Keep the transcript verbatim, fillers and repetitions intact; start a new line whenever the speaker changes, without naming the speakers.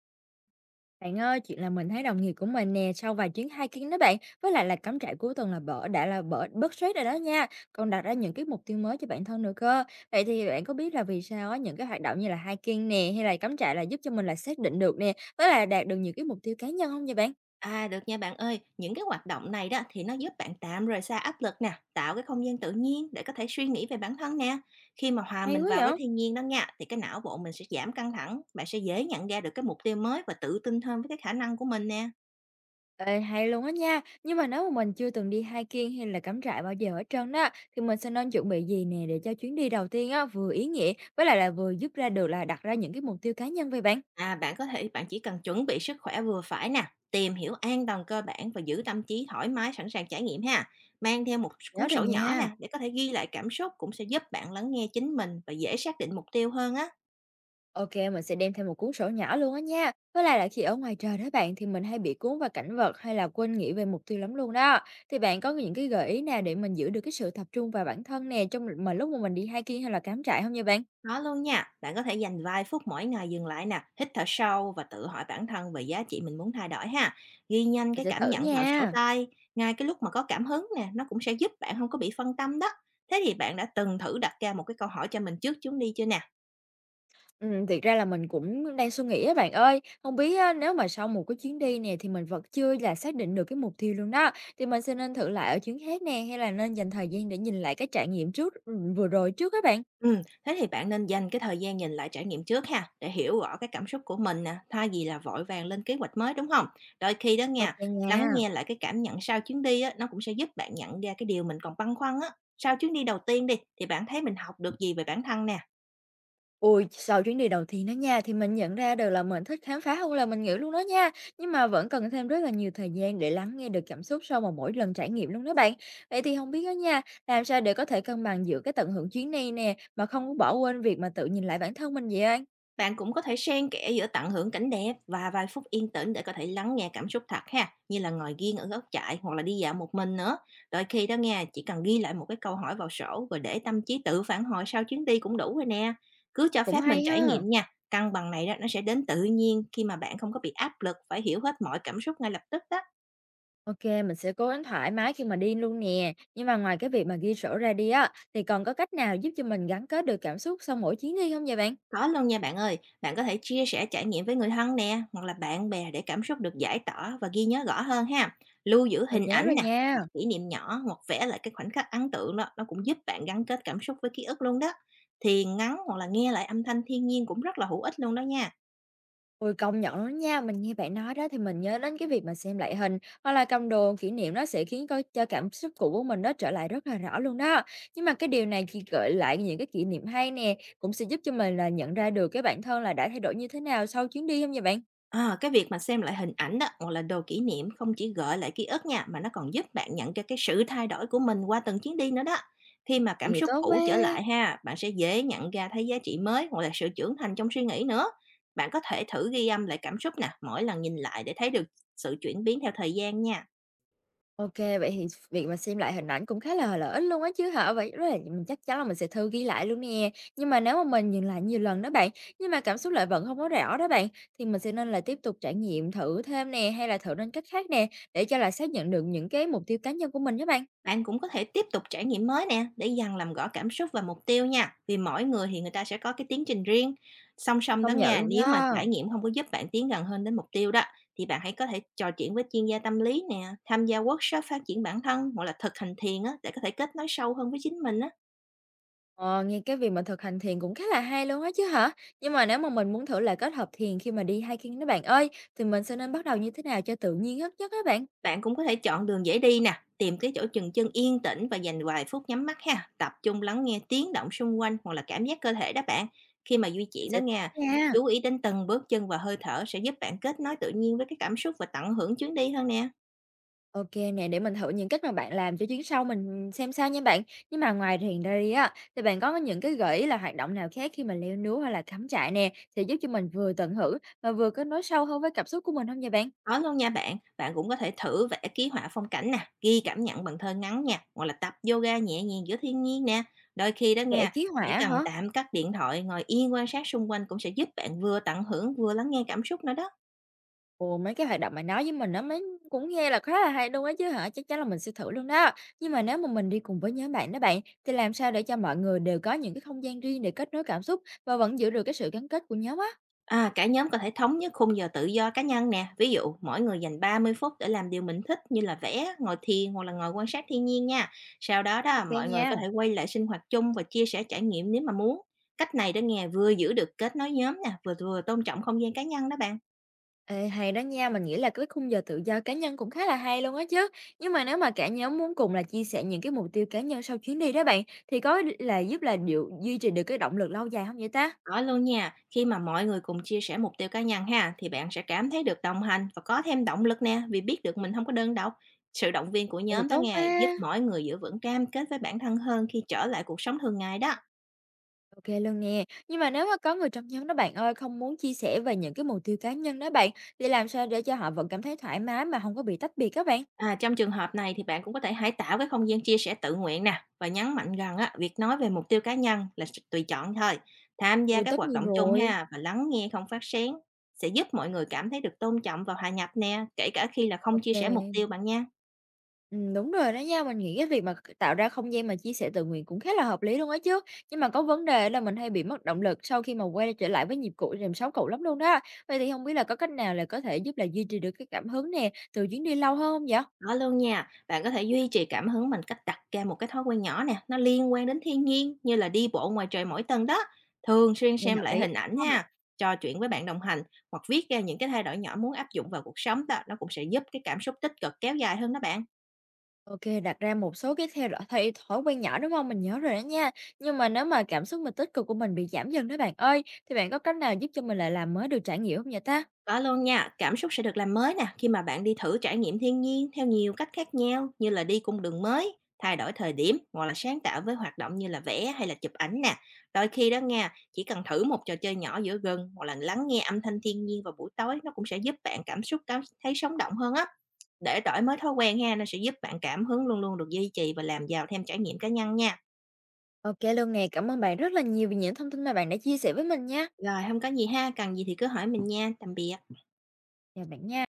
Bạn ơi, chuyện là mình thấy đồng nghiệp của mình nè, sau vài chuyến hiking đó bạn, với lại là cắm trại cuối tuần là bỡ đã là bỡ bớt stress rồi đó nha, còn đặt ra những cái mục tiêu mới cho bản thân nữa cơ. Vậy thì bạn có biết là vì sao á, những cái hoạt động như là hiking nè hay là cắm trại là giúp cho mình là xác định được nè, với lại là đạt được những cái mục tiêu cá nhân không vậy bạn?
À, được nha bạn ơi, những cái hoạt động này đó thì nó giúp bạn tạm rời xa áp lực nè, tạo cái không gian tự nhiên để có thể suy nghĩ về bản thân nè. Khi mà hòa
Hay
mình
quá
vào với
nhở?
thiên nhiên đó nha, thì cái não bộ mình sẽ giảm căng thẳng, bạn sẽ dễ nhận ra được cái mục tiêu mới và tự tin hơn với cái khả năng của mình nè.
Ê, hay luôn á nha, nhưng mà nếu mà mình chưa từng đi hiking hay là cắm trại bao giờ hết trơn đó, thì mình sẽ nên chuẩn bị gì nè để cho chuyến đi đầu tiên á, vừa ý nghĩa với lại là vừa giúp ra được là đặt ra những cái mục tiêu cá nhân vậy bạn?
À, bạn có thể bạn chỉ cần chuẩn bị sức khỏe vừa phải nè, tìm hiểu an toàn cơ bản và giữ tâm trí thoải mái sẵn sàng trải nghiệm ha. Mang theo một cuốn
Nhớ rồi
sổ nhỏ nè
nha.
để có thể ghi lại cảm xúc cũng sẽ giúp bạn lắng nghe chính mình và dễ xác định mục tiêu hơn á.
OK, mình sẽ đem theo một cuốn sổ nhỏ luôn á nha. Với lại là khi ở ngoài trời đó bạn thì mình hay bị cuốn vào cảnh vật hay là quên nghĩ về mục tiêu lắm luôn đó. Thì bạn có những cái gợi ý nào để mình giữ được cái sự tập trung vào bản thân nè trong mà lúc mà mình đi hiking hay là cắm trại không nha bạn?
Có luôn nha, bạn có thể dành vài phút mỗi ngày dừng lại nè, hít thở sâu và tự hỏi bản thân về giá trị mình muốn thay đổi ha. Ghi nhanh
Mình
cái
sẽ
cảm
thử
nhận vào sổ
nha.
tay, ngay cái lúc mà có cảm hứng nè, nó cũng sẽ giúp bạn không có bị phân tâm đó. Thế thì bạn đã từng thử đặt ra một cái câu hỏi cho mình trước chuyến đi chưa nè?
Ừm, thiệt ra là mình cũng đang suy nghĩ á bạn ơi. Không biết á, nếu mà sau một cái chuyến đi nè thì mình vẫn chưa là xác định được cái mục tiêu luôn đó. Thì mình sẽ nên thử lại ở chuyến khác nè hay là nên dành thời gian để nhìn lại cái trải nghiệm trước ừm, vừa rồi trước các bạn.
Ừm, thế thì bạn nên dành cái thời gian nhìn lại trải nghiệm trước ha, để hiểu rõ cái cảm xúc của mình nè, thay vì là vội vàng lên kế hoạch mới, đúng không? Đôi khi đó
OK
nha, lắng
nha.
nghe lại cái cảm nhận sau chuyến đi á, nó cũng sẽ giúp bạn nhận ra cái điều mình còn băn khoăn á. Sau chuyến đi đầu tiên đi, thì bạn thấy mình học được gì về bản thân nè?
Ôi, sau chuyến đi đầu tiên đó nha, thì mình nhận ra được là mình thích khám phá hơn là mình nghĩ luôn đó nha. Nhưng mà vẫn cần thêm rất là nhiều thời gian để lắng nghe được cảm xúc sau mà mỗi lần trải nghiệm luôn đó bạn. Vậy thì không biết đó nha, làm sao để có thể cân bằng giữa cái tận hưởng chuyến đi nè, mà không có bỏ quên việc mà tự nhìn lại bản thân mình vậy anh?
Bạn cũng có thể xen kẽ giữa tận hưởng cảnh đẹp và vài phút yên tĩnh để có thể lắng nghe cảm xúc thật ha, như là ngồi ghiêng ở góc chại hoặc là đi dạo một mình nữa. Đôi khi đó nghe chỉ cần ghi lại một cái câu hỏi vào sổ rồi để tâm trí tự phản hồi sau chuyến đi cũng đủ rồi nè. Cứ cho
Cũng
phép mình
hay
trải
ha.
nghiệm nha. Cân bằng này đó nó sẽ đến tự nhiên khi mà bạn không có bị áp lực phải hiểu hết mọi cảm xúc ngay lập tức đó.
Ok, mình sẽ cố gắng thoải mái khi mà đi luôn nè. Nhưng mà ngoài cái việc mà ghi sổ ra đi á, thì còn có cách nào giúp cho mình gắn kết được cảm xúc sau mỗi chuyến đi không vậy bạn?
Có luôn nha bạn ơi, bạn có thể chia sẻ trải nghiệm với người thân nè, hoặc là bạn bè để cảm xúc được giải tỏa và ghi nhớ rõ hơn ha. Lưu giữ
Mình
hình
nhớ
ảnh
rồi
nè,
nha.
hoặc kỷ niệm nhỏ, hoặc vẽ lại cái khoảnh khắc ấn tượng đó, nó cũng giúp bạn gắn kết cảm xúc với ký ức luôn đó. Thì ngắn hoặc là nghe lại âm thanh thiên nhiên cũng rất là hữu ích luôn đó nha.
Ôi, công nhận luôn đó nha, mình nghe bạn nói đó thì mình nhớ đến cái việc mà xem lại hình hoặc là cầm đồ kỷ niệm nó sẽ khiến coi cho cảm xúc cũ của mình nó trở lại rất là rõ luôn đó. Nhưng mà cái điều này khi gợi lại những cái kỷ niệm hay nè, cũng sẽ giúp cho mình là nhận ra được cái bản thân là đã thay đổi như thế nào sau chuyến đi không vậy bạn?
À, cái việc mà xem lại hình ảnh đó hoặc là đồ kỷ niệm không chỉ gợi lại ký ức nha mà nó còn giúp bạn nhận ra cái sự thay đổi của mình qua từng chuyến đi nữa đó. Khi mà
Vậy
cảm
thì
xúc
tốt quá!
cũ trở lại ha, bạn sẽ dễ nhận ra thấy giá trị mới hoặc là sự trưởng thành trong suy nghĩ nữa. Bạn có thể thử ghi âm lại cảm xúc nè, mỗi lần nhìn lại để thấy được sự chuyển biến theo thời gian nha.
OK, vậy thì việc mà xem lại hình ảnh cũng khá là lợi ít luôn á chứ hả? Vậy rất là mình chắc chắn là mình sẽ thư ghi lại luôn nè. Nhưng mà nếu mà mình nhìn lại nhiều lần đó bạn, nhưng mà cảm xúc lại vẫn không có rõ đó bạn, thì mình sẽ nên là tiếp tục trải nghiệm thử thêm nè, hay là thử nên cách khác nè, để cho là xác nhận được những cái mục tiêu cá nhân của mình đó bạn?
Bạn cũng có thể tiếp tục trải nghiệm mới nè để dần làm rõ cảm xúc và mục tiêu nha. Vì mỗi người thì người ta sẽ có cái tiến trình riêng. Song song đó
Công nhận
nha,
luôn
nếu mà
đó.
trải nghiệm không có giúp bạn tiến gần hơn đến mục tiêu đó thì bạn hãy có thể trò chuyện với chuyên gia tâm lý nè, tham gia workshop phát triển bản thân hoặc là thực hành thiền á để có thể kết nối sâu hơn với chính mình á.
Ờ, nghe cái việc mà thực hành thiền cũng khá là hay luôn á chứ hả? Nhưng mà nếu mà mình muốn thử là kết hợp thiền khi mà đi hiking đó bạn ơi, thì mình sẽ nên bắt đầu như thế nào cho tự nhiên nhất nhất á bạn?
Bạn cũng có thể chọn đường dễ đi nè, tìm cái chỗ chừng chân yên tĩnh và dành vài phút nhắm mắt ha, tập trung lắng nghe tiếng động xung quanh hoặc là cảm giác cơ thể đó bạn. Khi mà di
Mình
chuyển đó
sẽ
nha,
nha.
chú ý đến từng bước chân và hơi thở sẽ giúp bạn kết nối tự nhiên với cái cảm xúc và tận hưởng chuyến đi hơn nè.
OK nè, để mình thử những cách mà bạn làm cho chuyến sau mình xem sao nha bạn. Nhưng mà ngoài thiền ra đi á, thì bạn có những cái gợi ý là hoạt động nào khác khi mà leo núi hay là cắm trại nè, thì giúp cho mình vừa tận hưởng mà vừa kết nối sâu hơn với cảm xúc của mình không nha bạn?
Đó luôn nha bạn, bạn cũng có thể thử vẽ ký họa phong cảnh nè, ghi cảm nhận bằng thơ ngắn nha, hoặc là tập yoga nhẹ nhàng giữa thiên nhiên nè. Đôi khi đó
Vẽ
nha,
ký họa
chỉ cần
hả?
tạm cắt điện thoại, ngồi yên quan sát xung quanh cũng sẽ giúp bạn vừa tận hưởng vừa lắng nghe cảm xúc nữa đó.
Ồ, mấy cái hoạt động mà nói với mình nó mấy cũng nghe là khá là hay luôn á chứ hả? Chắc chắn là mình sẽ thử luôn đó. Nhưng mà nếu mà mình đi cùng với nhóm bạn đó bạn, thì làm sao để cho mọi người đều có những cái không gian riêng để kết nối cảm xúc và vẫn giữ được cái sự gắn kết của nhóm á?
À, cả nhóm có thể thống nhất khung giờ tự do cá nhân nè, ví dụ mỗi người dành ba mươi phút để làm điều mình thích như là vẽ, ngồi thiền hoặc là ngồi quan sát thiên nhiên nha. Sau đó đó,
OK
mọi người có
nha.
thể quay lại sinh hoạt chung và chia sẻ trải nghiệm nếu mà muốn. Cách này đó nghe vừa giữ được kết nối nhóm nè, vừa vừa tôn trọng không gian cá nhân đó bạn.
Ê, hay đó nha, mình nghĩ là cái khung giờ tự do cá nhân cũng khá là hay luôn á chứ. Nhưng mà nếu mà cả nhóm muốn cùng là chia sẻ những cái mục tiêu cá nhân sau chuyến đi đó bạn, thì có là giúp là điều, duy trì được cái động lực lâu dài không vậy ta?
Ở luôn nha, khi mà mọi người cùng chia sẻ mục tiêu cá nhân ha, thì bạn sẽ cảm thấy được đồng hành và có thêm động lực nè, vì biết được mình không có đơn độc. Sự động viên của
Vậy thì
nhóm đó
tốt quá.
nghe giúp mỗi người giữ vững cam kết với bản thân hơn khi trở lại cuộc sống thường ngày đó.
Ok luôn nè. Nhưng mà nếu mà có người trong nhóm đó bạn ơi không muốn chia sẻ về những cái mục tiêu cá nhân đó bạn, thì làm sao để cho họ vẫn cảm thấy thoải mái mà không có bị tách biệt các bạn?
À, trong trường hợp này thì bạn cũng có thể hãy tạo cái không gian chia sẻ tự nguyện nè và nhấn mạnh rằng á, việc nói về mục tiêu cá nhân là sự tùy chọn thôi. Tham gia
Ôi
các
tất
hoạt
nhiên
động chung
rồi.
ha và lắng nghe không phát sáng sẽ giúp mọi người cảm thấy được tôn trọng và hòa nhập nè, kể cả khi là không chia sẻ mục
Ok.
tiêu bạn nha.
Ừm, đúng rồi đó nha, mình nghĩ cái việc mà tạo ra không gian mà chia sẻ tự nguyện cũng khá là hợp lý luôn á chứ. Nhưng mà có vấn đề là mình hay bị mất động lực sau khi mà quay trở lại với nhịp cũ rèm sáu cũ lắm luôn đó. Vậy thì không biết là có cách nào là có thể giúp là duy trì được cái cảm hứng nè, từ chuyến đi lâu hơn không vậy?
Có luôn nha, bạn có thể duy trì cảm hứng bằng cách đặt ra một cái thói quen nhỏ nè, nó liên quan đến thiên nhiên như là đi bộ ngoài trời mỗi tuần đó. Thường xuyên
Nghe
xem
hợp
lại
lý
hình ảnh
ha.
ha, trò chuyện với bạn đồng hành hoặc viết ra những cái thay đổi nhỏ muốn áp dụng vào cuộc sống đó, nó cũng sẽ giúp cái cảm xúc tích cực kéo dài hơn đó bạn.
Ô đặt ra một số cái theo dõi thay thói quen nhỏ, đúng không? Mình nhớ rồi đó nha. Nhưng mà nếu mà cảm xúc mà tích cực của mình bị giảm dần đó bạn ơi, thì bạn có cách nào giúp cho mình lại làm mới được trải nghiệm không vậy ta?
Có luôn nha, cảm xúc sẽ được làm mới nè khi mà bạn đi thử trải nghiệm thiên nhiên theo nhiều cách khác nhau như là đi cung đường mới, thay đổi thời điểm hoặc là sáng tạo với hoạt động như là vẽ hay là chụp ảnh nè. Đôi khi đó nha, chỉ cần thử một trò chơi nhỏ giữa rừng hoặc là lắng nghe âm thanh thiên nhiên vào buổi tối nó cũng sẽ giúp bạn cảm xúc cảm thấy sống động hơn á. Để đổi mới thói quen ha, nó sẽ giúp bạn cảm hứng luôn luôn được duy trì và làm giàu thêm trải nghiệm cá nhân nha.
Ok luôn nè, cảm ơn bạn rất là nhiều vì những thông tin mà bạn đã chia sẻ với mình nha.
Rồi, không có gì ha, cần gì thì cứ hỏi mình nha. Tạm biệt.
Chào bạn nha.